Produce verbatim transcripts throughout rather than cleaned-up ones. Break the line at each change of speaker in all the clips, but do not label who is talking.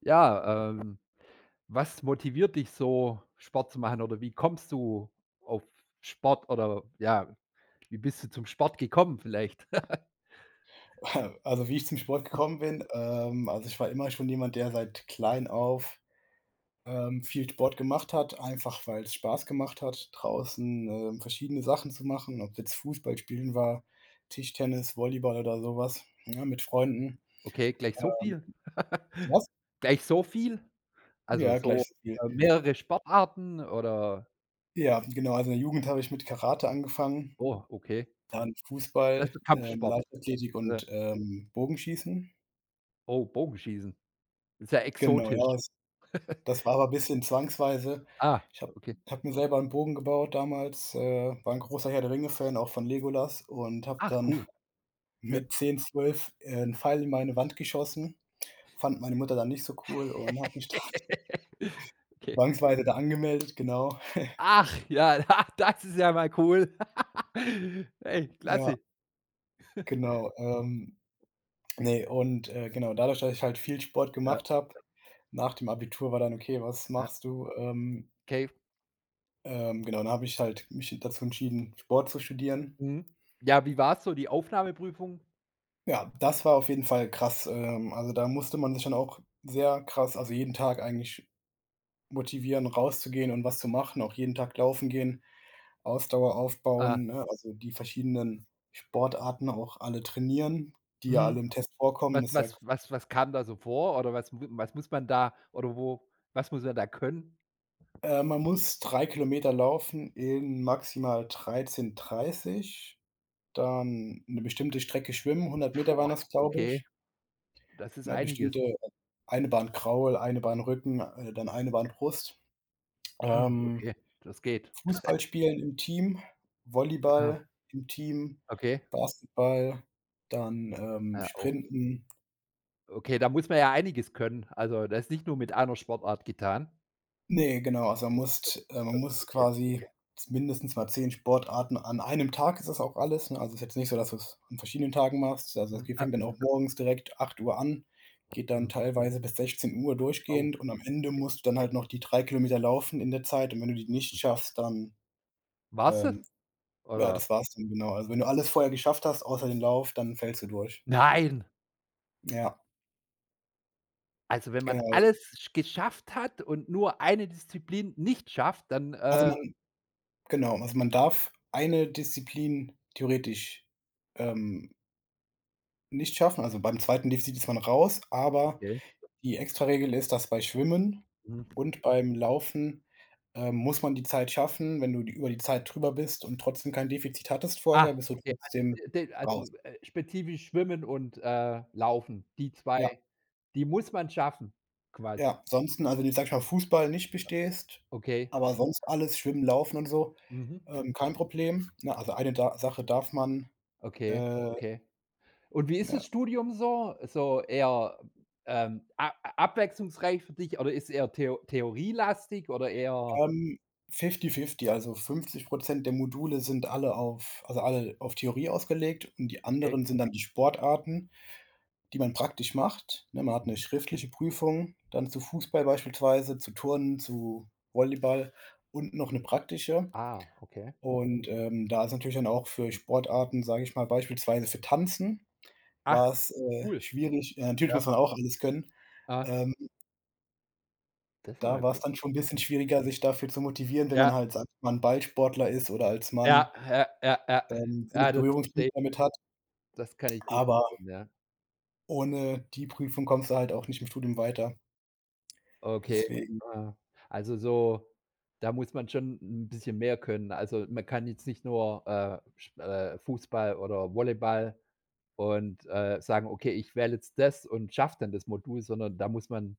Ja, ähm, was motiviert dich so, Sport zu machen oder wie kommst du auf Sport oder ja, wie bist du zum Sport gekommen vielleicht?
Also, wie ich zum Sport gekommen bin, ähm, also, ich war immer schon jemand, der seit klein auf, ähm, viel Sport gemacht hat, einfach weil es Spaß gemacht hat, draußen, ähm, verschiedene Sachen zu machen, ob's jetzt Fußball spielen war, Tischtennis, Volleyball oder sowas ja, mit Freunden.
Okay, gleich so
Äh,
viel?
Was?
Gleich so viel? Also
Ja,
so,
gleiches Spiel.
äh, mehrere Sportarten oder
Ja, genau, also, in der Jugend habe ich mit Karate angefangen,
oh, okay.
dann
Das
Fußball,
ist
ähm,
Kampfsport.
Leichtathletik
Äh,
und, ähm, Bogenschießen.
oh, Bogenschießen. Ist ja
Genau,
exotisch.
ja. Das war aber ein bisschen zwangsweise.
Ah,
Ich habe
okay.
habe mir selber einen Bogen gebaut damals, äh, war ein großer Herr der Ringe-Fan, auch von Legolas und habe
Ach,
dann
cool. Ja.
mit zehn, zwölf äh, 'n Pfeil in meine Wand geschossen. Fand meine Mutter dann nicht so cool und hat mich dann
Okay.
zwangsweise da angemeldet, genau.
Ach ja, das ist ja mal cool. Hey,
Ja,
klasse.
genau. Ähm, ne, und, äh, genau, dadurch, dass ich halt viel Sport
Ja, ja.
gemacht habe, nach dem Abitur war dann: „Okay, was machst du?“ Ähm,
Okay,
ähm, genau, dann habe ich halt mich dazu entschieden, Sport zu studieren.
mhm. Ja, wie war's so, die Aufnahmeprüfung?
Ja, das war auf jeden Fall krass. Ähm, also, da musste man sich dann auch sehr krass also, jeden Tag eigentlich motivieren, rauszugehen und was zu machen, auch jeden Tag laufen gehen, Ausdauer
Ah,
aufbauen, ne? Also, die verschiedenen Sportarten auch alle trainieren, die ja alle
mhm.
im Test vorkommen.
Was
Das ist ja
was was was kam da so vor oder was mu was muss man da oder wo was muss man da können?
äh, man muss drei Kilometer laufen in maximal dreizehn dreißig, dann eine bestimmte Strecke schwimmen, hundert Meter waren
Boah.
das, glaube
Okay,
ich,
das ist
ne?
einiges.
Bestimmte äh, eine Bahn Kraul, eine Bahn Rücken, äh, dann eine Bahn Brust.
Mhm.
Ähm,
Okay, das geht.
Fußball spielen im Team,
Ja.
Volleyball im Team,
Okay.
Basketball, dann, ähm,
Ja, o
Sprinten.
okay, da muss man ja einiges können. Also, das ist nicht nur mit einer Sportart getan.
Ne, genau, also man
Hm,
musst äh, man muss
okay.
quasi mindestens mal zehn Sportarten an einem Tag ist das auch alles, ne? Also, ist jetzt nicht so, dass du's an verschiedenen Tagen machst. Also, das
Mhm.
geht
Ah,
fängt dann auch morgens direkt acht Uhr an, geht dann
mhm.
teilweise bis sechzehn Uhr
Oh,
durchgehend und am Ende
okay.
musst du dann halt noch die drei Kilometer laufen in der Zeit und wenn du die nicht schaffst, dann,
War's
ähm
das?
ja, das
Oder
war's dann, genau. Also, wenn du alles vorher geschafft hast, außer den Lauf, dann fällst du durch.
nein!
Ja,
Also, wenn man
genau.
alles sch geschafft hat und nur eine Disziplin nicht schafft, dann,
Also,
äh
man genau, also, man darf eine Disziplin theoretisch, ähm, nicht schaffen. Also, beim zweiten Defizit ist man raus, aber
Okay.
die Extraregel ist, dass bei Schwimmen
Mhm.
und beim Laufen, ähm, muss man die Zeit schaffen. Wenn du die über die Zeit drüber bist und trotzdem kein Defizit hattest vorher,
Ah,
bist du
okay.
trotzdem
Al de
raus.
also, äh, spezifisch Schwimmen und, äh, Laufen, die zwei,
Ja.
die muss man schaffen quasi.
Ja, ansonsten also, wenn du, sage ich mal, Fußball nicht bestehst,
Okay.
aber sonst alles, Schwimmen, Laufen und so,
Mhm.
ähm, kein Problem, ne? Also, eine da Sache darf man,
Okay,
äh,
okay. Und wie ist
ne,
das Studium so? So eher, ähm, a a abwechslungsreich für dich oder ist eher theo theorielastig oder eher
ähm, fifty-fifty, also fünfzig der Module sind alle auf also, alle auf Theorie ausgelegt und die
okay.
anderen sind dann die Sportarten, die man praktisch macht, ne? Man hat eine
Mhm.
schriftliche Prüfung dann zu Fußball beispielsweise, zu Turnen, zu Volleyball und noch eine praktische.
Ah, okay.
Und, ähm, da ist natürlich dann auch für Sportarten, sage ich mal, beispielsweise für Tanzen
Ach,
war's, äh,
cool.
schwierig ja, natürlich
Ja.
muss man auch alles können.
Ah.
Ähm,
Das ist ja
da
mal
war es
cool.
dann schon ein bisschen
Mhm.
schwieriger, sich dafür zu motivieren, wenn man
Ja,
halt, sage ich mal, 'n Ballsportler ist oder als
ja,
Mann,
ja, ja, ja.
ähm, wenig
Ja, das verstehe
Berührungspunkte
ich.
damit hat.
Das kann ich gut
Aber
verstehen, ja.
ohne die Prüfung kommst du halt auch nicht im Studium weiter.
Okay,
Deswegen
ah, also so da muss man schon 'n bisschen mehr können. Also, man kann jetzt nicht nur, äh, Sp äh, Fußball oder Volleyball und, äh, sagen: „Okay, ich wähle jetzt das und schaffe dann das Modul“, sondern da muss man,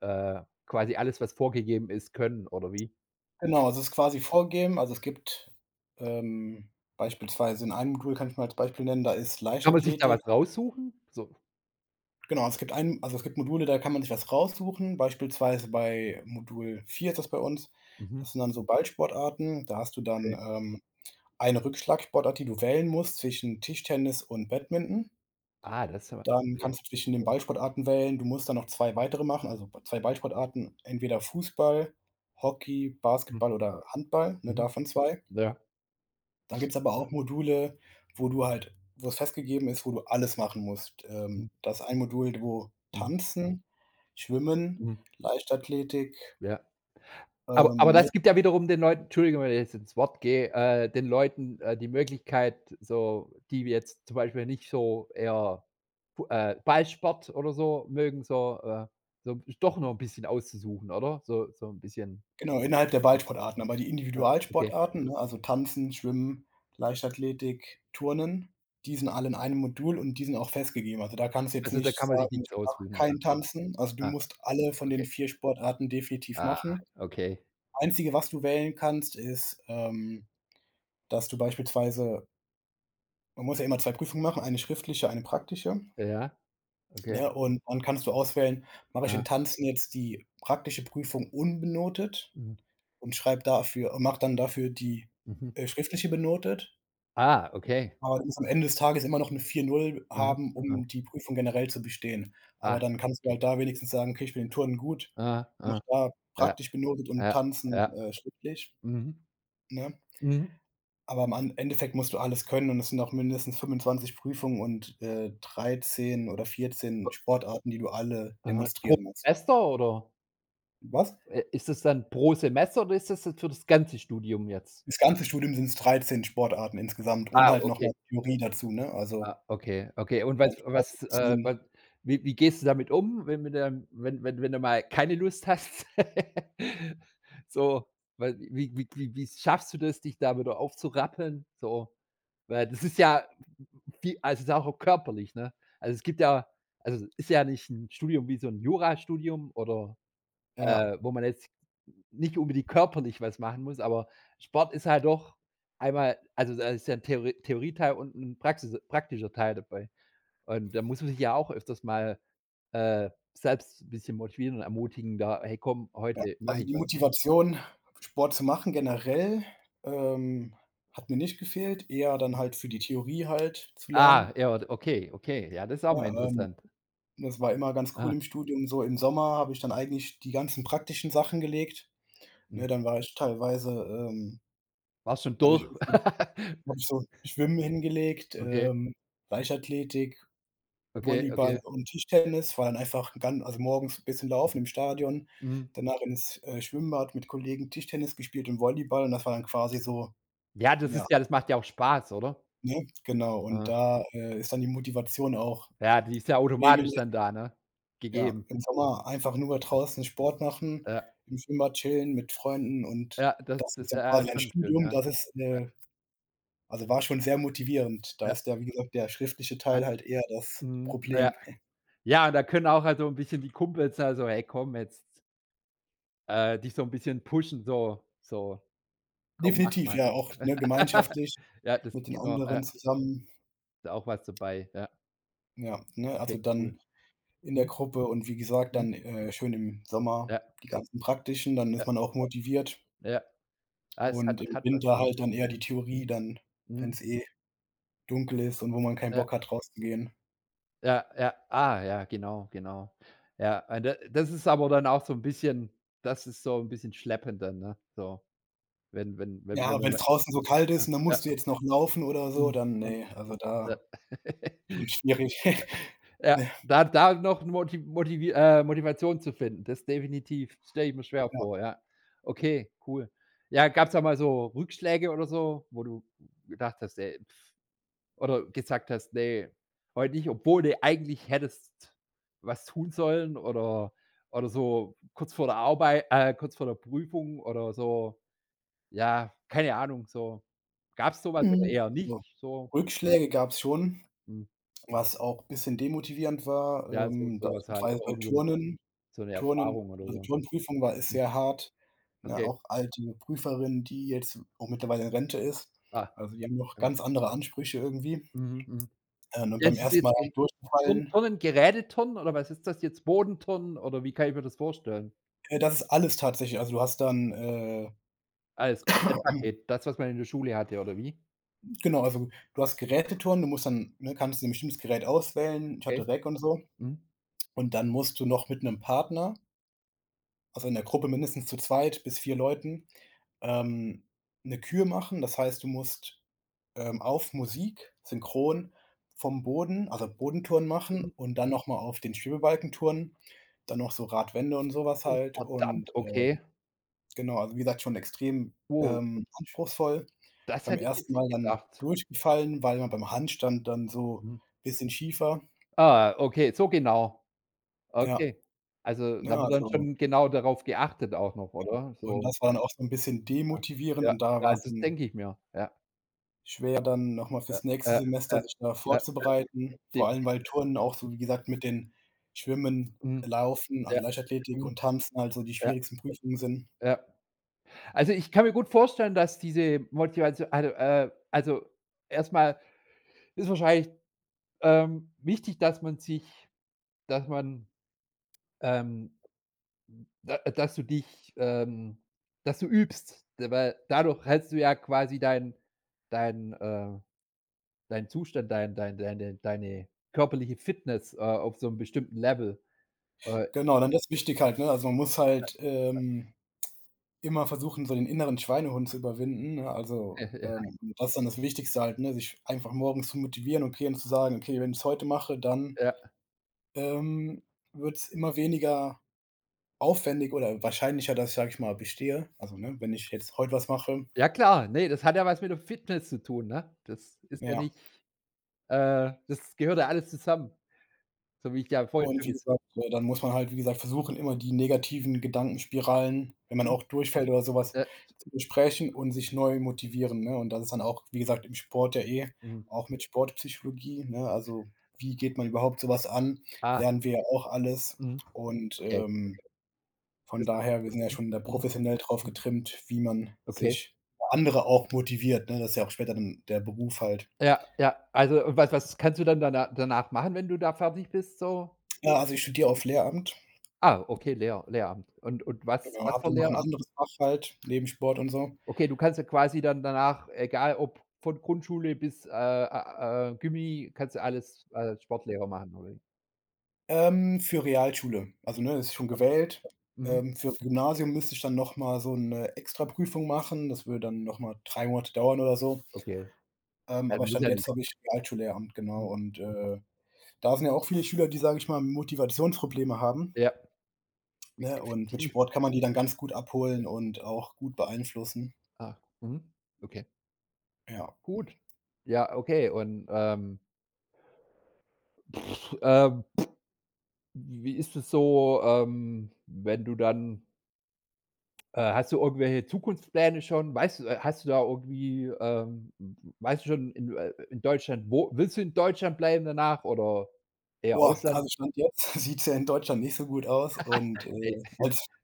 äh, quasi alles, was vorgegeben ist, können, oder wie?
genau, also, es ist quasi vorgegeben. Also, es gibt, ähm, beispielsweise in einem Modul kann ich mal als Beispiel nennen, da ist
Kann man sich da
Leichtathletik.
was raussuchen? So
Genau, also es gibt ein also es gibt Module, da kann man sich was raussuchen. Beispielsweise bei Modul vier ist das bei uns.
mhm,
Das sind dann so Ballsportarten. Da hast du dann,
okay.
ähm, eine Rückschlagsportart, die du wählen musst zwischen Tischtennis und Badminton.
Ah, das ist aber
Dann
okay.
kannst du zwischen den Ballsportarten wählen. Du musst dann noch zwei weitere machen, also zwei Ballsportarten, entweder Fußball, Hockey,
Mhm,
Basketball oder Handball, ne,
mhm,
davon zwei.
ja,
Dann gibt es aber auch Module, wo du halt wo es festgegeben ist, wo du alles machen musst.
mhm,
Ähm, da ist ein Modul, wo
mhm,
Tanzen, Schwimmen,
mhm,
Leichtathletik,
ja. Aber aber
ähm, ne?
das gibt ja wiederum den Leuten Entschuldigung, wenn ich jetzt ins Wort gehe, äh, den Leuten, äh, die Möglichkeit, so die jetzt zum Beispiel nicht so eher fu äh, Ballsport oder so mögen, so, äh, so doch noch ein bisschen auszusuchen, oder? So so ein bisschen
Genau, innerhalb der
ah,
Ballsportarten, aber die
ah, okay.
Individualsportarten, ne, also Tanzen, Schwimmen, Leichtathletik, Turnen, die sind alle in einem Modul und die sind auch festgegeben. Also, da kannst du jetzt
Also, da
nicht
kann man sich
sagen: „Ich
nichts
mache
aussuchen. Ah,
kein Tanzen.“ Also, du
ah,
musst alle von den
okay.
vier Sportarten definitiv
Ah,
machen.
okay.
Einzige, was du wählen kannst, ist, ähm, dass du beispielsweise Man muss ja immer zwei Prüfungen machen, eine schriftliche, eine praktische,
Ja, okay.
ne? Und dann kannst du auswählen, mache ich in
Ah.
Tanzen jetzt die praktische Prüfung unbenotet
Mhm.
und schreibe dafür und mache dann dafür die,
Mhm.
äh, schriftliche benotet,
Ah, okay.
aber du musst am Ende des Tages immer noch 'ne vier null
Aha.
haben,
Aha.
um die Prüfung generell zu bestehen.
Ah,
Aber dann kannst du
okay.
halt da wenigstens sagen: „Okay, ich bin in Turnen gut,
Ah,
mache
ah.
da
Ja,
praktisch benotet und
ja,
Tanzen,
ja.
äh, schriftlich“,
Mhm.
ne?
Mhm.
Aber im An Endeffekt musst du alles können und es sind auch mindestens fünfundzwanzig Prüfungen und, äh, dreizehn oder vierzehn Sportarten, die du alle
Aha, pro
demonstrieren musst.
Semester oder,
Was?
äh, ist es dann pro Semester oder ist das jetzt für das ganze Studium jetzt?
Das ganze Studium sind es dreizehn Sportarten insgesamt und
Ah,
halt nochmal
okay.
Theorie dazu, ne? Also,
Ah, okay, okay. Und
beim
was
Sport
was, äh,
beziehen
wa wie wie gehst du damit um, wenn mit der wenn wenn wenn du mal keine Lust hast? So, weil wie wie wie wie schaffst du das, dich da wieder aufzurappeln? So, weil das ist ja viel also, es ist ja auch körperlich, ne? Also, es gibt ja also, es ist ja nicht ein Studium wie so ein Jurastudium oder
ja,
äh, wo man jetzt nicht unbedingt körperlich was machen muss, aber Sport ist halt doch einmal also, da ist ja ein Theorie Theorieteil und ein Praxis praktischer Teil dabei. Und da muss man sich ja auch öfters mal, äh, selbst 'n bisschen motivieren und ermutigen da: „Hey komm,
ja.
heute mache
Also,
ich
die
was.“
Motivation, Sport zu machen generell, ähm, hat mir nicht gefehlt, eher dann halt für die Theorie halt zu
Ah,
lernen.
ja, okay, okay. Ja, das ist auch mal
Ja, ähm,
interessant.
das war immer ganz cool
Ah,
im Studium. So im Sommer habe ich dann eigentlich die ganzen praktischen Sachen gelegt.
mhm.
Ne, dann war ich teilweise, ähm
Warst schon
hatte ich
durch?
irgendwie habe ich so Schwimmen hingelegt,
Okay,
ähm, Leichtathletik,
okay,
Volleyball
okay.
und Tischtennis, war dann einfach 'n gan also, morgens 'n bisschen laufen im Stadion,
Mhm.
danach ins, äh, Schwimmbad mit Kollegen Tischtennis gespielt und Volleyball und das war dann quasi so
Ja, das
ja,
ist ja das macht ja auch Spaß, oder?
ne, genau. Und
Äh,
da, äh, ist dann die Motivation auch
ja, die ist ja automatisch
regelmäßig
dann da, ne?
ja,
Gegeben.
im Sommer einfach nur draußen Sport machen,
Ja.
im Schwimmbad chillen mit Freunden und
Ja, das
das ist
das
dann
ja ja,
quasi ein
schon schön,
Studium,
ja.
das ist,
Ja,
äh Also, war schon sehr motivierend. Da
ja,
ist ja, wie gesagt, der schriftliche Teil
hat
halt eher das
mhm, ja.
Problem.
Ja, da können auch halt so 'n bisschen die Kumpels da so: „Hey, komm jetzt“, äh, dich so 'n bisschen pushen, so so: „Komm, mach
Definitiv,
mal.“
ja, auch, ne, gemeinschaftlich
Ja, das
mit den
genau, ja,
anderen zusammen.
ist auch was dabei. Ja,
Ja, ne, also
okay, cool.
dann in der
Mhm,
Gruppe und wie gesagt,
mhm,
dann, äh, schön im Sommer
ja,
die ganzen praktischen, dann ist man auch motiviert
ja, ja. Ah, es hat
und im
hat was,
Winter
ja.
halt dann eher die
Mhm,
Theorie dann, wenn
mhm,
es eh dunkel ist und wo man keinen
ja,
Bock hat, rauszugehen.
ja, ja. Ah, ja, genau, genau. Ja, und da das ist aber dann auch so 'n bisschen das ist so 'n bisschen schleppend dann, ne? So, wenn wenn wenn wenn
Ja, wenn
wenn
es
man
draußen so kalt ist und dann musst du jetzt noch laufen oder so,
Mhm,
dann
mhm,
ne, also
ja.
da schon schwierig.
Ja, da da noch Moti Motivi äh, Motivation zu finden, das definitiv. Stelle ich mir schwer vor, ja. Okay, cool. Ja, gab's da mal so Rückschläge oder so, wo du gedacht hast: „Ey“ pff, oder gesagt hast: nee, heute nicht“, obwohl du eigentlich hättest was tun sollen oder oder so kurz vor der Arbeit, äh, kurz vor der Prüfung oder so, ja, keine Ahnung, so. Gab's sowas oder
Hm.
eher nicht
So,
so?
Rückschläge gab's schon,
Hm,
was auch 'n bisschen demotivierend war.
ja, so
Ähm,
sowas halt,
beispielsweise
so
bei
irgend
Turnen
so So 'ne
Turnen
Erfahrung oder
also,
so.
Turnprüfung war ist
Hm,
sehr hart, ne?
okay.
Auch alte Prüferin, die jetzt auch mittlerweile in Rente ist.
Ah,
Also, die haben noch
äh.
ganz andere Ansprüche irgendwie.
Mhm, mhm.
Ähm, und
Ja,
beim
ist es
ersten. Mal
jetzt
halt
Ge Ton
durchgefallen
Tonnen, Geräteturnen oder was ist das jetzt? Bodenturnen oder wie kann ich mir das vorstellen?
äh, das ist alles tatsächlich. Also, du hast dann, äh
Ah, das Komplettpaket, das, was man in der Schule hatte oder wie?
genau, also, du hast Geräteturnen, du musst dann ne, kannst dir 'n bestimmtes Gerät auswählen. Ich
Okay.
hatte Rack und so.
Mhm.
Und dann musst du noch mit 'nem Partner also in der Gruppe mindestens zu zweit bis vier Leuten, ähm, 'ne Kür machen. Das heißt, du musst, ähm, auf Musik synchron vom Boden also Bodenturnen machen
Mhm.
und dann noch mal auf den Schwebebalken turnen, dann noch so Radwände und sowas
Oh,
halt und,
verdammt, okay.
ähm, genau, also wie gesagt, schon extrem,
Wow,
ähm, anspruchsvoll.
das
Beim
hätte ich
ersten
jetzt
Mal
nicht
dann
gedacht.
durchgefallen, weil man beim Handstand dann so
Mhm.
ein bisschen schief war.
Ah, okay, so genau.
Ja,
Okay. Also,
ne,
da wird dann
also
schon genau darauf geachtet auch noch, oder?
und
So,
das war dann auch so ein bisschen
ja.
demotivierend
Ja,
und da
ja,
war's
das
dann
denke ich mir. Ja,
Schwer dann nochmal
ja,
fürs nächste
ja,
Semester
ja,
sich da
ja,
vorzubereiten, vor allem,
defini
weil Turnen auch so, wie gesagt, mit den Schwimmen,
mhm.
Laufen, also
Ja.
Leichtathletik
Mhm.
und Tanzen halt so die
Ja,
schwierigsten Prüfungen sind.
ja. Also, ich kann mir gut vorstellen, dass diese Motivation also, äh also, erst ist wahrscheinlich, ähm, wichtig, dass man sich dass man, ähm da dass du dich, ähm dass du übst, weil dadurch hältst du ja quasi dein dein, äh deinen Zustand, dein dein deine deine körperliche Fitness, äh, auf so einem bestimmten Level. Äh,
Genau, dann das ist wichtig halt, ne? Also, man muss halt, ähm, immer versuchen, so den inneren Schweinehund zu überwinden, ne? Also,
ja,
ähm, das ist dann das Wichtigste halt, ne, sich einfach morgens zu motivieren, okay, und zu sagen: „Okay, wenn ich es heute mache, dann,
ja.
ähm, wird es immer weniger aufwendig oder wahrscheinlicher, dass ich, sage ich mal, bestehe.“ Also, ne, wenn ich jetzt heute was mache,
Ja klar, nee, das hat ja was mit der Fitness zu tun, ne? Das ist ja
ja.
nicht Äh, das gehört ja alles zusammen, so wie ich ja vorhin
Und
schon
wie
gesagt
gesagt, äh, dann muss man halt, wie gesagt, versuchen, immer die negativen Gedankenspiralen, wenn man
mhm,
auch durchfällt oder so was,
ja,
zu besprechen und sich neu motivieren, ne? Und das ist dann auch, wie gesagt, im Sport ja eh
mhm,
auch mit Sportpsychologie, ne? Also, wie geht man überhaupt so was an?
ah,
Lernen wir ja auch alles.
mhm,
Und,
okay.
ähm, von
Das
daher, wir sind ja
mhm,
schon da
mhm,
professionell drauf
mhm,
getrimmt, wie man
okay.
sich andere auch motiviert, ne? Das ist ja auch später dann der Beruf halt.
Ja, ja. Also, und was was, kannst du dann dana danach machen, wenn du da fertig bist so?
Ja, also ich studiere auf Lehramt,
Ah, okay, Lehr Lehramt. Und und was
genau,
was
habe
für
dann noch 'n
Lehramt?
anderes Fach halt neben Sport und so.
Okay, du kannst ja quasi dann danach, egal ob von Grundschule bis, äh, a äh, Gymi, kannst du alles als Sportlehrer machen, oder wie?
Ähm, für Realschule. Also, ne, ist schon
Okay.
gewählt.
Mhm,
Ähm, für Gymnasium müsste ich dann noch mal so 'ne Extraprüfung machen. Das würde dann noch mal drei Monate dauern oder so.
okay.
Ähm,
Ja,
aber
muss
Stand
ja nicht.
jetzt habe ich Realschullehramt, genau.
Mhm,
Und, äh, da sind ja auch viele Schüler, die, sage ich mal, Motivationsprobleme haben,
ja.
ne? Und mit
Tief.
Sport kann man die dann ganz gut abholen und auch gut beeinflussen.
Ah, mhm, okay.
Ja.
Gut. Ja, okay. Und, ähm, p ähm, wie ist es so, ähm, wenn du dann äh, hast du irgendwelche Zukunftspläne schon? Weißt du äh, hast du da irgendwie, ähm weißt du schon in äh, in Deutschland wo willst du in Deutschland bleiben danach oder eher
Boah,
Ausland?
also Stand jetzt sieht's ja in Deutschland nicht so gut aus und, äh, als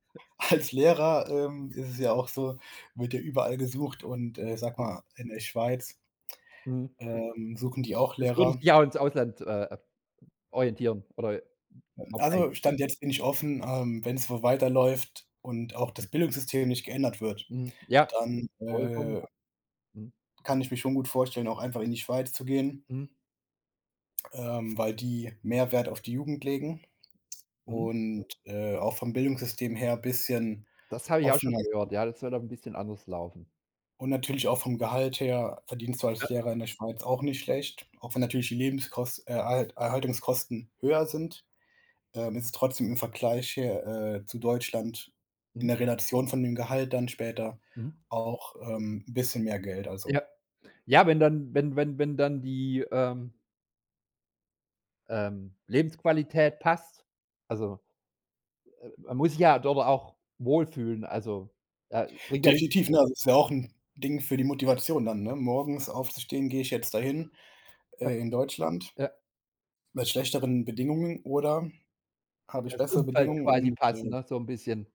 Als Lehrer, ähm, ist es ja auch so, wird ja überall gesucht und, äh, sage
Ne.
mal, in der Schweiz,
Mhm.
ähm, suchen die auch
Das würde sich
Lehrer.
ja auch ins Ausland, äh, orientieren oder wahrscheinlich.
Also, Stand jetzt bin ich offen, ähm, wenn es so weiterläuft und auch das Bildungssystem nicht geändert wird,
Mhm. Ja,
dann,
vollkommen.
äh,
Mhm.
kann ich mir schon gut vorstellen, auch einfach in die Schweiz zu gehen,
Mhm.
ähm, weil die mehr Wert auf die Jugend legen
Mhm.
und, äh, auch vom Bildungssystem her ein bisschen
Das habe ich auch schon
offener
gehört. Ja, das soll da ein bisschen anders laufen.
Und natürlich auch vom Gehalt her verdienst du als Lehrer in der Schweiz auch nicht schlecht, auch wenn natürlich die Lebenskos äh, Erhalt Erhaltungskosten höher sind, ähm, ist es trotzdem im Vergleich her, äh, zu Deutschland in
Mhm.
der Relation von dem Gehalt dann später
Mhm.
auch, ähm, 'n bisschen mehr Geld, also
Ja. Ja, wenn dann wenn wenn wenn dann die, ähm, ähm, Lebensqualität passt. Also, man muss sich ja dort auch wohlfühlen. Also, da bringt ja nichts
definitiv, ne? Also, ist ja auch 'n Ding für die Motivation dann, ne? Morgens aufzustehen: „Gehe ich jetzt dahin,
ja,
äh, in Deutschland
ja,
mit schlechteren Bedingungen oder habe ich
das
bessere
Umfeld
Bedingungen?“
quasi
Und,
passen,
äh,
ne, so ein bisschen.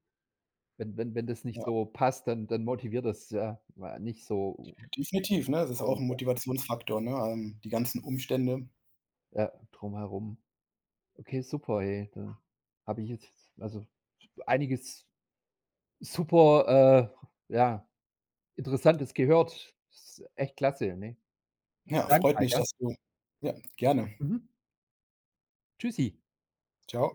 Wenn wenn wenn das nicht
ja.
so passt, dann dann motiviert das ja mal nicht so
Definitiv, ne? Das ist
äh,
auch 'n Motivationsfaktor, ne? Ähm, die ganzen Umstände.
ja, drumherum. Okay, super, hey, da habe ich jetzt also, einiges super, äh, ja, Interessantes gehört. Ist echt klasse, ne? Vielen
Ja,
Dank
freut
mal,
mich, dass du ja, gerne.
Mhm. Tschüssi.
Tschau.